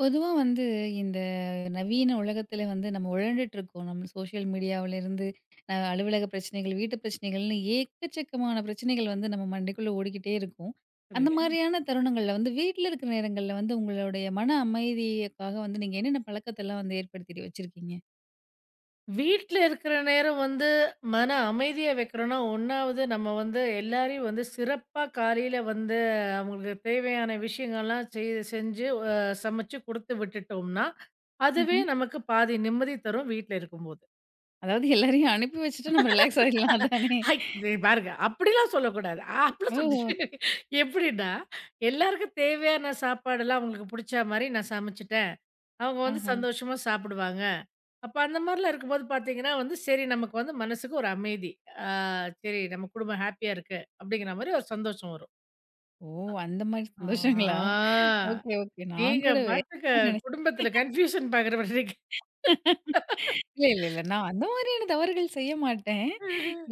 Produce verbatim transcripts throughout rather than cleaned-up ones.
பொதுவா வந்து இந்த நவீன உலகத்துல வந்து நம்ம உழண்டுட்டு இருக்கோம். நம்ம சோஷியல் மீடியாவிலிருந்து அ அலுவலக பிரச்சனைகள், வீட்டு பிரச்சனைகள்னு ஏக்கச்சக்கமான பிரச்சனைகள் வந்து நம்ம மண்டைக்குள்ள ஓடிக்கிட்டே இருக்கும். அந்த சரிங்க. மாதிரியான தருணங்கள்ல வந்து வீட்ல இருக்கிற நேரங்கள்ல வந்து உங்களுடைய மன அமைதிக்காக வந்து நீங்க என்னென்ன பழக்கத்தெல்லாம் வந்து ஏற்படுத்திட்டு வச்சிருக்கீங்க? வீட்ல இருக்கிற நேரம் வந்து மன அமைதிய வைக்கிறோம்னா, 1வது நம்ம வந்து எல்லாரையும் வந்து சிறப்பா காலையில வந்து அவங்களுக்கு தேவையான விஷயங்கள்லாம் செய் செஞ்சு அ சமைச்சு குடுத்து விட்டுட்டோம்னா, அதுவே ம்ஹ்ம். நமக்கு பாதி நிம்மதி தரும் வீட்ல இருக்கும்போது. அதாவது எல்லாரையும் அனுப்பி வச்சுட்டு நம்ம ரிலாக்ஸ் ஆயிடலாம் அதானே! ஐ நீ பாருங்க. அப்படிலாம் சொல்லக்கூடாது. ஆ, அப்படிலாம் சொல்லு ஓஹோ! எப்படின்னா, எல்லாருக்கும் தேவையான சாப்பாடுலாம் அவங்களுக்கு புடிச்ச மாரி நான் சமைச்சுட்டேன். அவங்க வந்து ஆஹா. சந்தோஷமா சாப்பிடுவாங்க. அப்ப அந்த மாரிலாம் இருக்கும்போது பார்த்தீங்கன்னா வந்து, சரி நமக்கு வந்து மனசுக்கு ஒரு அமைதி. ஆ சரி நம்ம குடும்பம் ஹேப்பியா இருக்கு, அப்படிங்கிற மாரி ஒரு சந்தோஷம் வரும். ஓ! அந்த மாதிரி சந்தோஷங்களா? ஆ ஓகே, ஓகே. நான் நீங்க கூட வேற பாட்டுக்கு ஏதோ நெனச்சேன். குடும்பத்தில கன்ஃபியூஷன் பார்க்குற மாரி இருக்கு. இல்ல, இல்ல, இல்ல. நான் அந்த மாதிரியான தவறுகள் செய்ய மாட்டேன்.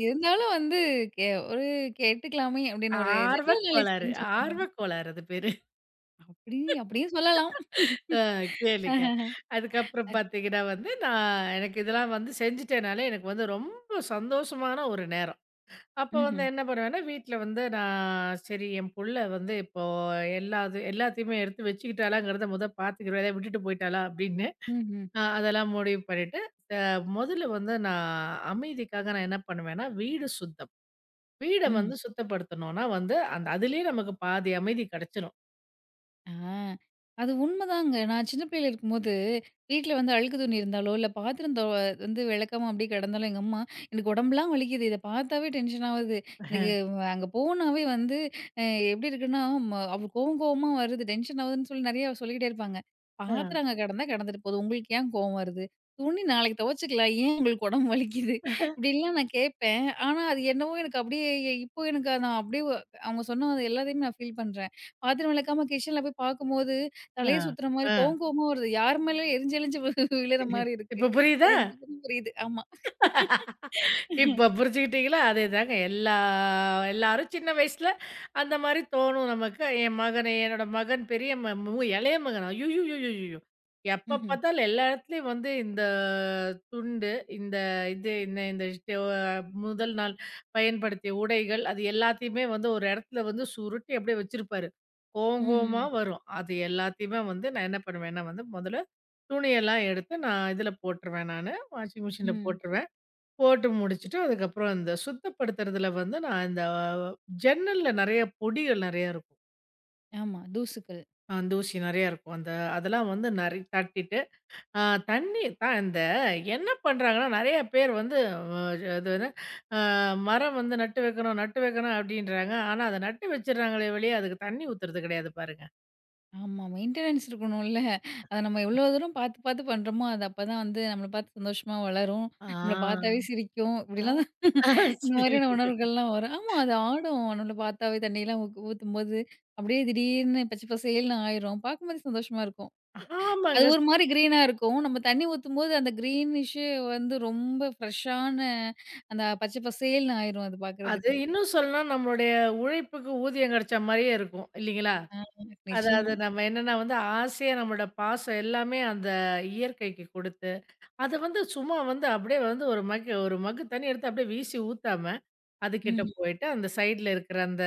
இருந்தாலும் வந்து கே ஒரு கேட்டுக்கலாமே அப்படின்னு ஒரு ஜெனரல் ஆர்வக் நாலேட்ஜ் கோளாறு தெரிஞ்சுக்கணும். ஆர்வக் கோளாறு அது பேரு. அப்படி அப்படியும் சொல்லலாம். ஆ கேளுங்க. அதுக்கப்புறம் பார்த்தீங்கன்னா வந்து, நான் எனக்கு இதெல்லாம் வந்து செஞ்சுட்டேனாலே, எனக்கு வந்து ரொம்ப சந்தோஷமான ஒரு நேரம். அப்ப வந்து ம்ஹ்ம். என்ன பண்ணுவேன்னா, வீட்ல வந்து நான் சரி என் புள்ள வந்து இப்போ எல்லா இது எல்லாத்தையுமே எடுத்து வச்சுக்கிட்டாளாங்கிறத மொத பார்த்துக்கிறேன். எதாவது விட்டுட்டு போயிட்டாளா அப்படின்னு, ம்ஹ்ம். அ அதெல்லாம் முடிவு பண்ணிட்டு, அ முதல்ல வந்து நான் அமைதிக்காக நான் என்ன பண்ணுவேன்னா, வீடு சுத்தம். வீட ம். வந்து சுத்தப்படுத்தணும்னா வந்து, அந்த அதிலேயே நமக்கு பாதி அமைதி கிடைச்சிரும். ஆ. அது உண்மதாங்க. நான் சின்ன பிள்ளையில இருக்கும்போது, வீட்ல வந்து அழுக்கு துணி இருந்தாலோ, இல்ல பாத்திரம் தொ வந்து விளக்காம அப்படியே கிடந்தாலோ, எங்க அம்மா எனக்கு உடம்பெல்லாம் வலிக்குது. இத பார்த்தாவே டென்ஷன் ஆவுது. எனக்கு அங்க போனாவே வந்து அ எப்படி இருக்குன்னா, ம அவ கோவம் கோவமா வருது, டென்ஷன் ஆகுதுன்னு சொல்லி நெறைய சொல்லிக்கிட்டே இருப்பாங்க. அ, பாத்திரம் அங்க கிடந்தா கிடந்துட்டு போகுது. உங்களுக்கு ஏன் கோவம் வருது? துணி நாளைக்கு துவைச்சுக்கலாம். ஏன் உங்களுக்கு உடம்பு வலிக்குது? இப்படிலாம் நான் கேட்பேன். ஆனா, அது என்னவோ எனக்கு அப்படியே இப்போ எனக்கு நான் அப்படியே அவங்க சொன்ன எல்லாத்தையுமே நான் ஃபீல் பண்றேன். பாத்திரம் விளக்காம கிச்சன்ல போய் பார்க்கும்போது, அ, தலைய சுத்துற மாரி அ. கோவம் கோவமா வருது. யார் மேல எரிஞ்சு எரிஞ்சு வி- விழுற மாரி இருக்கு. இப்ப அது புரியுதா? எனக்கு இப்பதான் புரியுது. ஆமா. இப்ப புரிஞ்சுக்கிட்டீங்களா? அதேதாங்க. எல்லா எல்லாரும் சின்ன வயசுல அந்த மாரி தோணும் நமக்கு. என் மகனை என்னோட மகன் பெரிய ம மு இளைய மகன். ஐய்யய்யய்யய்யோ! எப்ப ம்ஹ்ம். பார்த்தாலும் எல்லா இடத்துலயும் வந்து இந்த துண்டு, இந்த இது இந்த இந்த ஷோ முதல் நாள் பயன்படுத்திய உடைகள், அது எல்லாத்தையுமே வந்து ஒரு இடத்துல வந்து சுருட்டி அப்படியே வச்சிருப்பாரு. கோவம் கோவமா ம்ஹ்ம். வரும். அது எல்லாத்தையுமே வந்து நான் என்ன பண்ணுவேன்னா வந்து, முதல்ல துணியெல்லாம் எடுத்து நான் இதுல போட்டுருவேன் நானு. வாஷிங் மிஷின்ல ம். போட்டுருவேன். போட்டு முடிச்சுட்டு, அதுக்கப்புறம் அந்த சுத்தப்படுத்துறதுல வந்து நான் இந்த ஜன்னல்ல நெறைய பொடிகள் நெறைய இருக்கும். ஆமா. தூசுக்கள். அ தூசி நெறைய இருக்கும். அந்த அதெல்லாம் வந்து நெறை தட்டிட்டு, அ தண்ணி தான் இந்த என்ன பண்றாங்கன்னா, நெறைய பேர் வந்து அ அது என்ன அ மரம் வந்து நட்டு வைக்கணும், நட்டு வைக்கணும் அப்படின்றாங்க. ஆனா, அத நட்டு வச்சுடுறாங்களே ஒழிய, அதுக்கு தண்ணி ஊத்துறது கிடையாது பாருங்க. ஆமா. மெயின்டெனன்ஸ் இருக்கணும்ல. அத நம்ம எவ்ளோ தூரம் பார்த்து பார்த்து பண்றோமோ, அது அப்பதான் வந்து நம்மள பார்த்து சந்தோஷமா வளரும். நம்மள ஆ. பார்த்தாவே சிரிக்கும். ஆ. இப்படிலாம் இந்த சரி. மாதிரியான உணர்வுகள்லாம் வரும். ஆமா அது ஆடும். நம்மள பார்த்தாவே தண்ணியெல்லாம் ஊ ஊத்தும்போது, அப்படியே திடீர்னு பச்சை பசேல்னு ஆயிரும். பார்க்கும்போதே சந்தோஷமா இருக்கும். அது ஆமாங்க. ஒரு மாரி கிரீனா இருக்கும். நம்ம தண்ணி ஊத்தும்போது அந்த கிரீனிஷ் வந்து ரொம்ப ஃப்ரெஷ்ஷான அந்த பச்சை பசேல்ன்னு ஆயிரும் அது அது பார்க்கறதுக்கு. இன்னும் சொல்லணும்னா நம்மளுடைய உழைப்புக்கு ஊதியம் கிடைச்ச மாரியே இருக்கும். இல்லைங்களா? ஆ நிச்சயமா. அதாவது நம்ம என்னன்னா வந்து ஆசையா நம்மளோட பாசம் எல்லாமே அந்த இயற்கைக்கு கொடுத்து, அத வந்து சும்மா வந்து அப்படியே வந்து ஒரு மக்கு ஒரு மக்கு தண்ணி எடுத்து அப்படியே வீசி ஊத்தாம, அதுகிட்ட ம். ம். போயிட்டு அந்த சைடுல இருக்கிற அந்த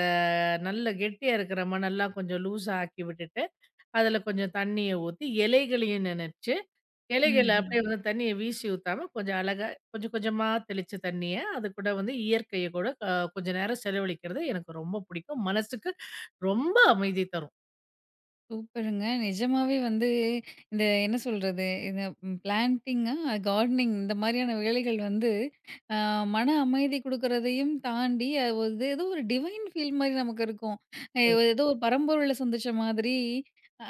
நல்ல கெட்டியா இருக்கிற மணல்லாம் கொஞ்சம் லூஸா ஆக்கி விட்டுட்டு, அதுல கொஞ்சம் தண்ணிய ஊத்தி இலைகளையும் நனைச்சு, இலைகள ம்ஹ்ம். அப்படியே வந்து தண்ணிய வீசி ஊத்தாம கொஞ்சம் அழகா கொஞ்சம் கொஞ்சமா தெளிச்ச தண்ணிய அது கூட வந்து இயற்கைய கூட அ கொஞ்ச நேரம் செலவழிக்கிறது எனக்கு ரொம்ப பிடிக்கும். மனசுக்கு ரொம்ப அமைதி தரும். சூப்பருங்க. நிஜமாவே வந்து இந்த என்ன சொல்றது? இந்த பிளான்டிங்கா, கார்டனிங் இந்த மாரியான வேலைகள் வந்து அ மன அமைதி குடுக்குறதையும் தாண்டி, அது வந்து ஏதோ ஒரு டிவைன் ஃபீல் மாரி நமக்கு இருக்கும். அ ம். ஏதோ ஒரு பரம்பொருள சந்திச்ச மாதிரி,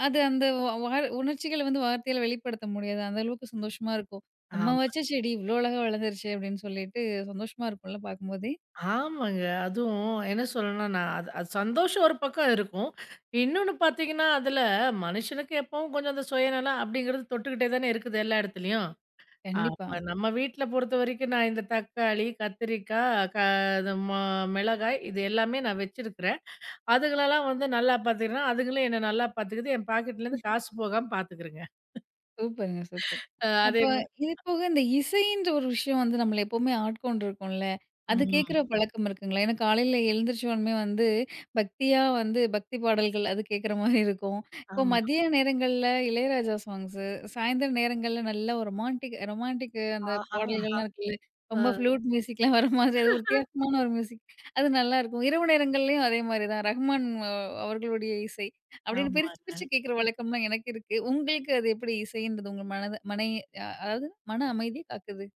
அது அந்த வா வார் உணர்ச்சிகள வந்து வார்த்தையால வெளிப்படுத்த முடியாது. அந்த அளவுக்கு சந்தோஷமா இருக்கும். "நம்ம ஆமா. வச்ச செடி இவ்ளோ அழகா வளர்ந்துருச்சே!" அப்படின்னு சொல்லிட்டு சந்தோஷமா இருக்கும்ல பார்க்கும்போதே! ஆமாங்க. அதுவும் என்ன சொல்லணும்னா, நான் அது அது சந்தோஷம் ஒரு பக்கம் இருக்கும். இன்னொன்னு பார்த்தீங்கன்னா, அதுல மனுஷனுக்கு எப்பவும் கொஞ்சம் அந்த சுயநலம் அப்படிங்கிறது தொட்டுக்கிட்டே தானே இருக்குது எல்லா இடத்துலயும். கண்டிப்பா. அப்ப நம்ம வீட்ல பொறுத்தவரைக்கும் நான் இந்த தக்காளி, கத்திரிக்காய், க இது மொ மிளகாய் இது எல்லாமே நான் வச்சிருக்கிறேன். அதுங்களெல்லாம் வந்து நல்லா பார்த்துக்கிறேன். அதுங்களும் என்ன நல்லா பார்த்துக்குது. என் பாக்கெட்லேருந்து காசு போகாம பார்த்துக்குதுங்க. சூப்பருங்க, சூப்பர். அ அதே அப்ப மா இது போக இந்த இசைன்ற ஒரு விஷயம் வந்து நம்மள எப்பவுமே ஆட்கொண்டிருக்கும்ல. அது ம். கேட்கிற ம். பழக்கம் இருக்குங்களா? ஏன்னா காலையில எழுந்திரிச்ச உடனே வந்து பக்தியா வந்து பக்தி பாடல்கள் அது கேட்கிற மாரி இருக்கும். இப்போ ஆமா. மதிய நேரங்கள்ல இளையராஜா சாங்ஸு, சாயந்தர நேரங்கள்ல நல்ல ஒரு ரொமான்டிக் ரொமான்டிக் அந்த ஆஹா! பாடல்கள்லாம் இருக்குல்ல. ரொம்ப அ ஃப்ளூட் மியூசிக்லாம் வர மாதிரி அது ஒரு வித்தியாசமான ஒரு மியூசிக். அது நல்லாயிருக்கும். இரவு நேரங்கள்லயும் அதே மாரி தான் ரஹ்மான் அஹ், அவர்களுடைய இசை. அப்படின்னு ஆமா. பிரிச்சு பிரிச்சு கேட்குற வழக்கம்லாம் எனக்கு இருக்கு. உங்களுக்கு அது எப்படி இசைன்றது உங்க மனத மனை அ அதாவது மன அமைதிய காக்குது.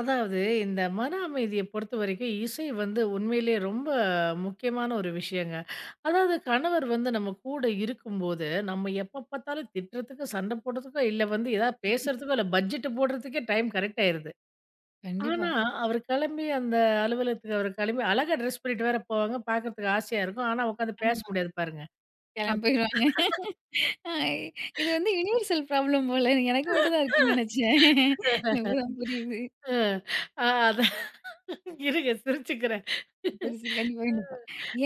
அதாவது இந்த மன அமைதியை பொறுத்தவரைக்கும் இசை வந்து உண்மையிலேயே ரொம்ப முக்கியமான ஒரு விஷயங்க. அதாவது கணவர் வந்து நம்ம கூட இருக்கும்போது, நம்ம எப்ப பார்த்தாலும் திட்டுறதுக்கு, சண்டை போடுறதுக்கோ, இல்ல வந்து ஏதாவது பேசுறதுக்கோ, இல்ல பட்ஜெட் போடுறதுக்கே டைம் கரெக்ட் ஆயிருது. கண்டிப்பா. ஆனா, அவர் கிளம்பி அந்த அலுவலகத்துக்கு அவர் கிளம்பி அழகா ட்ரெஸ் பண்ணிட்டு வேற போவாங்க. பார்க்கறதுக்கு ஆசையா இருக்கும். ஆனா, உட்காந்து பேச ஆமா. முடியாது பாருங்க. அப்ப கிளம்பி போயிருவாங்க. அ இது வந்து யுனிவர்சல் ப்ராப்ளம் போல எனக்கு மட்டும் தான் இருக்குன்னு நினைச்சேன். இப்பதான் புரியுது. அ அதான் இருங்க சிரிச்சுக்கிறேன். புதுசு கண்டிப்பா, கண்டிப்பா.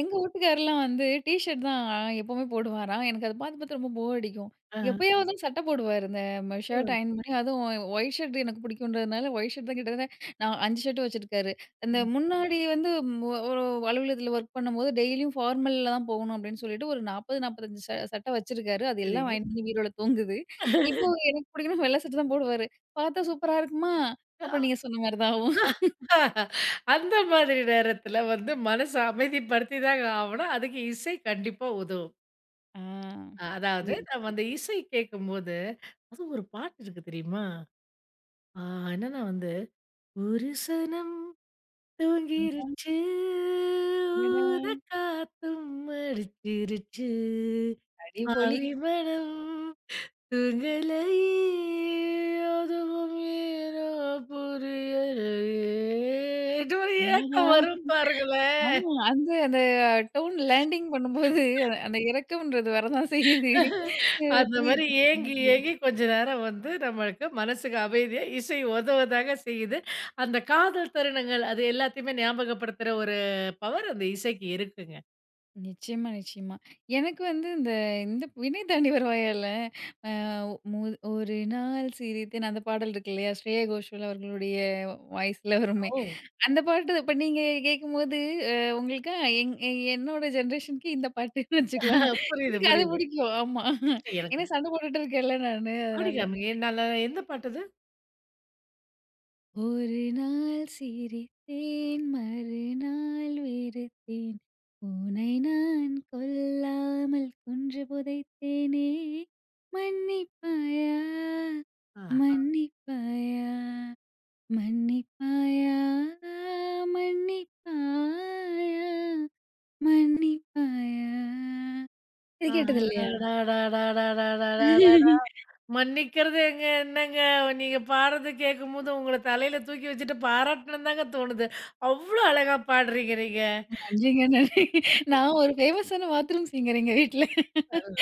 எங்க வீட்டுக்காரர்லாம் வந்து டீ ஷர்ட் தான் எப்பவுமே போடுவாராம். எனக்கு அத பார்த்து பார்த்து ரொம்ப போர் அடிக்கும். ஆ. எப்பயாவது தான் சட்டை போடுவாரு. இந்த ம ஷர்ட் அயர்ன் பண்ணி அதுவும் ஒயிட் ஷர்ட் எனக்கு பிடிக்கும்ன்றதுனால ஒயிட் ஷர்ட் தான் கிட்டத்தட்ட நான் ஐந்து ஷர்ட் வச்சிருக்காரு. அந்த ம். முன்னாடி வந்து மு ஒரு அலுவலகத்தில ஒர்க் பண்ணும்போது டெய்லியும் ஃபார்மல்ல தான் போகணும் அப்படின்னு சொல்லிட்டு ஒரு நாற்பது, நாற்பத்தி ஐந்து ச சட்டை வச்சிருக்காரு. அது எல்லாம் சரிங்க. வாங்கிட்டு வந்து பீரோல தூங்குது. இப்போ எனக்கு பிடிக்கும்னா வெள்ள சட்டை தான் போடுவாரு. பார்த்தா சூப்பரா இருக்குமா? அப்புறம் நீங்க சொன்ன மாரி தான் ஆவும். அந்த மாதிரி நேரத்துல வந்து மனச அமைதிப்படுத்தி தாங்க ஆவணும். அதுக்கு இசை கண்டிப்பா உதவும். ஆ. அஹ் அதாவது புரியுது. நம்ம அந்த இசை கேட்கும்போது, அதுவும் ஒரு பாட்டு இருக்கு தெரியுமா? ஆ என்னன்னா வந்து, ஒரு சனம் தூங்கிருச்சு, அடடா! ஊத காத்தும் அடிச்சிருச்சு, அடிபொலி. ஆவி மனம் உங்களையே அதுவும் ஏனோ புரியலையே இது ஒரு ஆஹா! ஏக்கம் வரும் பாருங்களேன். ஆமா. அந்த அந்த டவுன் லேண்டிங் பண்ணும்போது அந்த இறக்கம்ன்றது வரதான் செய்யுது. அ அந்த மாரி புரியுது. ஏங்கி, ஏங்கி கொஞ்ச நேரம் வந்து நம்மளுக்கு மனசுக்கு அமைதியா இசை உதவதாங்க செய்யுது. அந்த காதல் தருணங்கள் அது எல்லாத்தையுமே ஞாபகப்படுத்துற ஒரு பவர் அந்த இசைக்கு இருக்குங்க. நிச்சயமா, நிச்சயமா. எனக்கு வந்து இந்த இந்த "விண்ணை தாண்டி வருவாயால" அ மு ஒரு நாள் சிரித்தேன் அந்த பாடல் இருக்கு இல்லையா? ஸ்ரேயா கோஷல் அவர்களுடைய வாய்ஸ்ல வருமே. ஓ! அந்த பாட்டு இப்ப நீங்க கேட்கும்போது அ உங்களுக்கு எங் என்னோட ஜெனரேஷனுக்கு இந்த பாட்டுன்னு வச்சுக்கலாம். புரியுது, எனக்கு அது புரியுது. பிடிக்கும். ஆமா. எனக்கு ஏன்னா சண்டை போட்டுட்டு இருக்கேன்ல நானு பாடி அதனால. காமிங்க. நல்லா எந்த பாட்டு அது? ஒரு நாள் சிரித்தேன் மறுநாள் வெறுத்தேன் உனை நான் கொல்லாமல் கொன்று புதைத்தேனே மன்னிப்பாயா ஆ. மன்னிப்பாயா மன்னிப்பாயா மன்னிப்பாயா மன்னிப்பாயா இது கேட்டது இல்லையா? ஆடாடாடாடாடாடாடாடா. மன்னிக்கிறது எங்க என்னங்க, நீங்க பாடுறது கேட்கும்போது உங்கள தலையில தூக்கி வச்சுட்டு பாராட்டணும்னு தாங்க தோணுது. அவ்ளோ அழகா பாடுறீங்க நீங்க. நன்றிங்க நன்றி. நான் ஒரு ஃபேமஸான பாத்ரூம் சிங்கர் எங்க வீட்ல.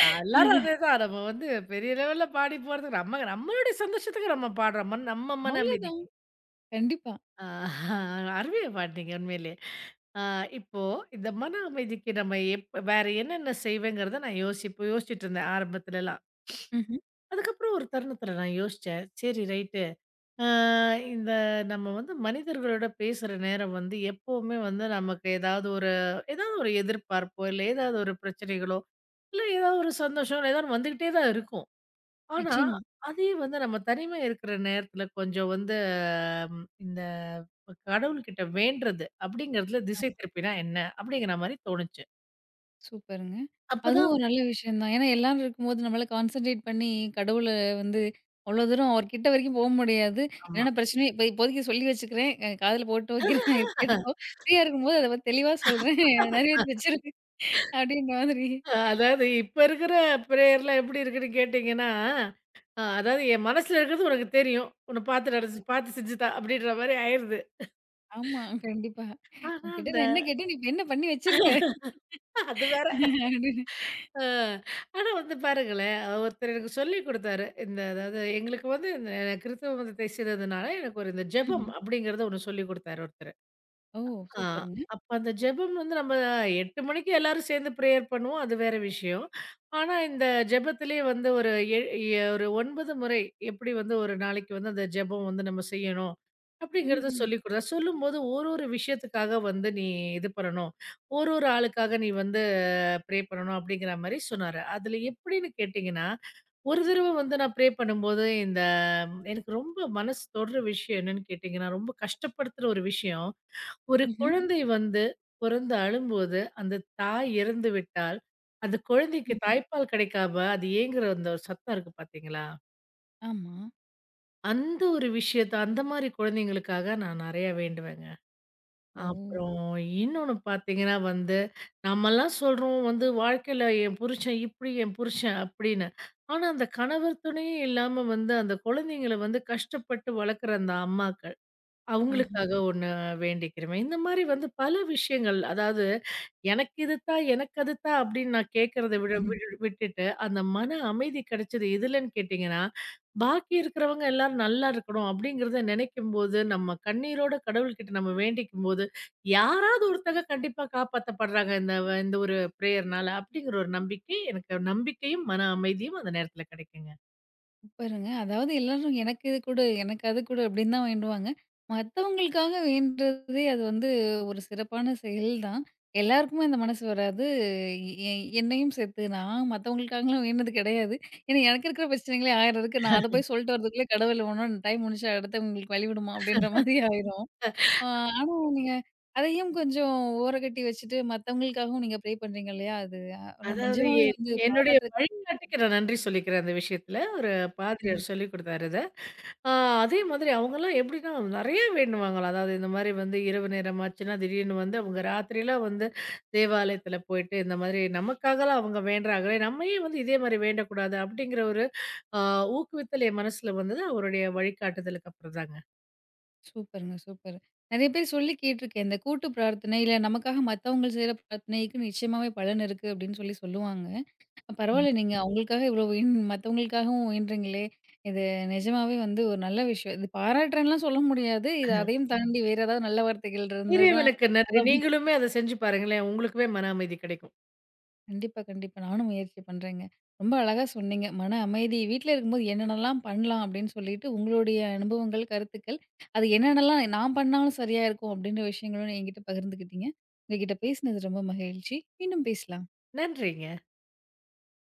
நான் எல்லாரும் அதேதான். நம்ம வந்து பெரிய லெவல்ல பாடி போறதுக்கு நம்ம நம்மளுடைய சந்தோஷத்துக்கு நம்ம பாடுறோம். மன் நம்ம மன அவ்வளோதான். அமைதிக்கு. கண்டிப்பா. ஆ அருமையா பாடுனீங்க உண்மையிலே. ஆ இப்போ இந்த மன அமைதிக்கு நம்ம எப் வேற என்னென்ன செய்வேங்கிறத நான் யோசிப்பு யோசிச்சுட்டு இருந்தேன் ஆரம்பத்துலலாம். ம்ஹ்ம். அதுக்கப்புறம் ஒரு தருணத்துல நான் யோசிச்சேன். சரி ரைட் ஆ, இந்த நம்ம வந்து மனிதர்களோட பேசுற நேரம் வந்து எப்பவுமே வந்து நமக்கு ஏதாவது ஒரு ஏதாவது ஒரு எதிர்பார்ப்போ, இல்ல ஏதாவது ஒரு பிரச்சனைகளோ, இல்ல ஏதாவது ஒரு சந்தோஷம் ஏதாவது வந்துகிட்டே தான் இருக்கும். ஆனா, ம். நிச்சயமா. அதே வந்து நம்ம தனிமையா இருக்கிற நேரத்துல கொஞ்சம் வந்து ம் இந்த கடவுள்கிட்ட வேண்டுறது அப்படிங்கிறதுல திசை திருப்பினா என்ன? அப்படிங்கிற மாரி தோணுச்சு. சூப்பருங்க. அதுவும் அப்பதான் ஒரு நல்ல விஷயம் தான். ஏன்னா, எல்லாரும் இருக்கும்போது நம்மளால கான்சன்ட்ரேட் பண்ணி கடவுள வந்து அவ்வளோ தூரம் அவர் கிட்ட வரைக்கும் போ முடியாது. ஆமா. என்னென்ன பிரச்சனையோ இப்ப இப்போதைக்கு சொல்லி வச்சுக்கிறேன். அ காதுல போட்டு வைக்கிறேன். இது கேட்டுக்கோ. ஃப்ரீயா இருக்கும்போது அத பத்தி தெளிவா சொல்றேன். நிறைவேத்தி வச்சிரு அப்டின்ற மாதிரி. அ அதாவது இப்ப இருக்கிற பிரேயர்லாம் எப்படி இருக்குன்னு கேட்டீங்கன்னா, அ அதாவது என் மனசுல இருக்கிறது உனக்கு தெரியும். உன்ன பார்த்து நடச்சு பார்த்து செஞ்சு தா அப்படின்ற மாரி ஆயிருது. ஆமா, கண்டிப்பா. ஆனா, உன்கிட்ட அந்த நான் என்ன கேட்டேன்? நீ இப்ப என்ன பண்ணி வச்சிருக்க? அது வேற. அப்டின்னு. அ ஆனா வந்து பாருங்களேன், ஒருத்தர் எனக்கு சொல்லிக் குடுத்தாரு. இந்த அதாவது எங்களுக்கு வந்து இந்த கிறிஸ்தவ மதத்தை சேர்ந்ததுனால எனக்கு ஒரு இந்த ஜெபம் ம்ஹ்ம். அப்படிங்கிறத ஒண்ணு சொல்லிக் குடுத்தாரு ஒருத்தர். ஓ! ஆ. சூப்பருங்க. அப்ப அந்த ஜெபம் வந்து நம்ம எட்டு மணிக்கு எல்லாரும் சேர்ந்து பிரேயர் பண்ணுவோம். அது வேற விஷயம். ஆனா, இந்த ஜெபத்திலே வந்து ஒரு எ எ ஒரு ஒன்பது முறை எப்படி வந்து ஒரு நாளைக்கு வந்து அந்த ஜெபம் வந்து நம்ம செய்யணும். அப்படிங்கிறத ம்ஹ்ம். சொல்லிக் கொடுத்தா, சொல்லும்போது ஒரு ஒரு விஷயத்துக்காக வந்து நீ இது பண்ணணும். ஒரு ஒரு ஆளுக்காக நீ வந்து ப்ரே பண்ணணும் அப்படிங்கிற மாரி சொன்னாரு. அதுல எப்படின்னு கேட்டீங்கன்னா, ஒரு தடவ வந்து நான் ப்ரே பண்ணும்போது இந்த எனக்கு ரொம்ப மனசு தொடுற விஷயம் என்னன்னு கேட்டீங்கன்னா, ரொம்ப கஷ்டப்படுத்துற ஒரு விஷயம். ஒரு ம்ஹ்ம். குழந்தை வந்து பொறந்து அழும்போது, அந்த தாய் இறந்து விட்டால், அந்த குழந்தைக்கு ம்ஹ்ம். தாய்ப்பால் கிடைக்காம, அது ஏங்குற அந்த ஒரு சத்தம் இருக்கு பார்த்தீங்களா? ஆமா. அந்த ஒரு விஷயத்த அந்த மாரி குழந்தைங்களுக்காக நான் நெறையா வேண்டுவேங்க. ஓ! அப்புறம் இன்னொன்னு பார்த்தீங்கன்னா வந்து, நம்மலாம் சொல்றோம் வந்து வாழ்க்கையில என் புருஷன் இப்படி, என் புருஷன் அப்படின்னு. ஆனா, அந்த கணவர் துணையே இல்லாம வந்து அந்த குழந்தைங்கள வந்து கஷ்டப்பட்டு வளர்க்குற அந்த அம்மாக்கள் ஆஹ. அவங்களுக்காக ஒண்ணு வேண்டிக்கிறவேன். இந்த மாரி வந்து பல விஷயங்கள். அதாவது எனக்கு இது தான், எனக்கு அது தான் அப்படின்னு நான் கேட்கறத விட விடு விட்டுட்டு, அந்த மன அமைதி கிடைச்சது எதுலன்னு கேட்டீங்கன்னா, பாக்கி இருக்கிறவங்க எல்லாரும் நல்லா இருக்கணும் அப்படிங்கிறத நினைக்கும்போது, நம்ம கண்ணீரோட கடவுள்கிட்ட நம்ம வேண்டிக்கும்போது, யாராவது ஒருத்தங்க கண்டிப்பா காப்பாத்தப்படுறாங்க இந்த வ இந்த ஒரு பிரேயர்னால அப்படிங்கிற ஒரு நம்பிக்கை எனக்கு நம்பிக்கையும், மன அமைதியும் அந்த நேரத்துல கிடைக்குங்க. சூப்பருங்க. அதாவது எல்லாரும் எனக்கு இது குடு, எனக்கு அது குடு அப்படின்னு தான் வேண்டுவாங்க. மத்தவங்களுக்காக வேண்டுறதே அது வந்து ஒரு சிறப்பான செயல் தான். எல்லாருக்குமே அந்த மனசு வராது. எ எ- என்னையும் சேர்த்து நான் மத்தவங்களுக்காகலாம் வேண்டுனது கிடையாது. ஏன்னா எனக்கு இருக்கிற பிரச்சனைகளே ஆயிரம் இருக்கு. நான் அத போய் சொல்லிட்டு வரதுக்குள்ள கடவுள் ஒன்னொன்னு டைம் முடிஞ்சா அடுத்தவங்களுக்கு வழிவிடுமா அப்படின்ற மாதிரி ஆயிரும். ஆ ஆனா நீங்க அதையும் கொஞ்சம் ஓரங்கட்டி வச்சுட்டு மத்தவங்களுக்காகவும் நீங்க ப்ரே பண்றீங்க இல்லையா? அது அ அதாவது நிஜமாவே என் வந்து என்னுடைய பாராட்டுறதுக்கு வழிகாட்டிக்கு நான் நன்றி சொல்லிக்கிறேன் அந்த விஷயத்துல. ஒரு பாதிரியார் சொல்லிக் குடுத்தாரு அத. ஆ அதே மாதிரி அவங்கலாம் எப்படின்னா நெறைய வேண்டுவாங்களாம். அதாவது இந்த மாரி வந்து இரவு நேரம் ஆச்சுன்னா, திடீர்னு வந்து அவங்க ராத்திரிலாம் வந்து தேவாலயத்துல போயிட்டு இந்த மாதிரி நமக்காகலாம் அவங்க வேண்டுறாங்களே, நம்ம ஏன் வந்து இதே மாரி வேண்டக்கூடாது? அப்படிங்கிற ஒரு ஆ ஊக்குவித்தல் என் மனசுல வந்தது அவருடைய வழிகாட்டுதலுக்கு அப்புறம் தாங்க. சூப்பருங்க, சூப்பர். நெறைய பேர் சொல்லி கேட்டுருக்கேன். இந்த கூட்டு பிரார்த்தனை, இல்ல நமக்காக மத்தவங்க செய்ற பிரார்த்தனைக்கு நிச்சயமாவே பலன் இருக்கு அப்படின்னு சொல்லி சொல்லுவாங்க. ம். பரவால்ல நீங்க அவங்களுக்காக இவ்வளோ உயின் மத்தவங்களுக்காகவும் உயன்றீங்களே! இது நிஜமாவே வந்து ஒரு நல்ல விஷயம். இது பாராட்டுறேன்லாம் சொல்ல முடியாது. இது அதையும் தாண்டி வேற ஏதாவது நல்ல வார்த்தைகள் இருந்ததுனா இறைவனுக்கு அத நன்றி. நீங்களுமே அத செஞ்சு பாருங்களேன். உங்களுக்குமே மன அமைதி கிடைக்கும். கண்டிப்பா, கண்டிப்பா. நானும் முயற்சி பண்றேங்க. ரொம்ப அழகா சொன்னீங்க. மன அமைதி வீட்ல இருக்கும்போது என்னென்னலாம் பண்ணலாம் அப்படின்னு சொல்லிட்டு, உங்களுடைய அனுபவங்கள், கருத்துக்கள், அது என்னென்னலாம் நான் பண்ணாலும் சரியா இருக்கும் அப்படின்ற விஷயங்களும் என்கிட்ட பகிர்ந்துக்கிட்டீங்க. உங்ககிட்ட பேசினது ரொம்ப மகிழ்ச்சி. மீண்டும் பேசலாம். நன்றிங்க.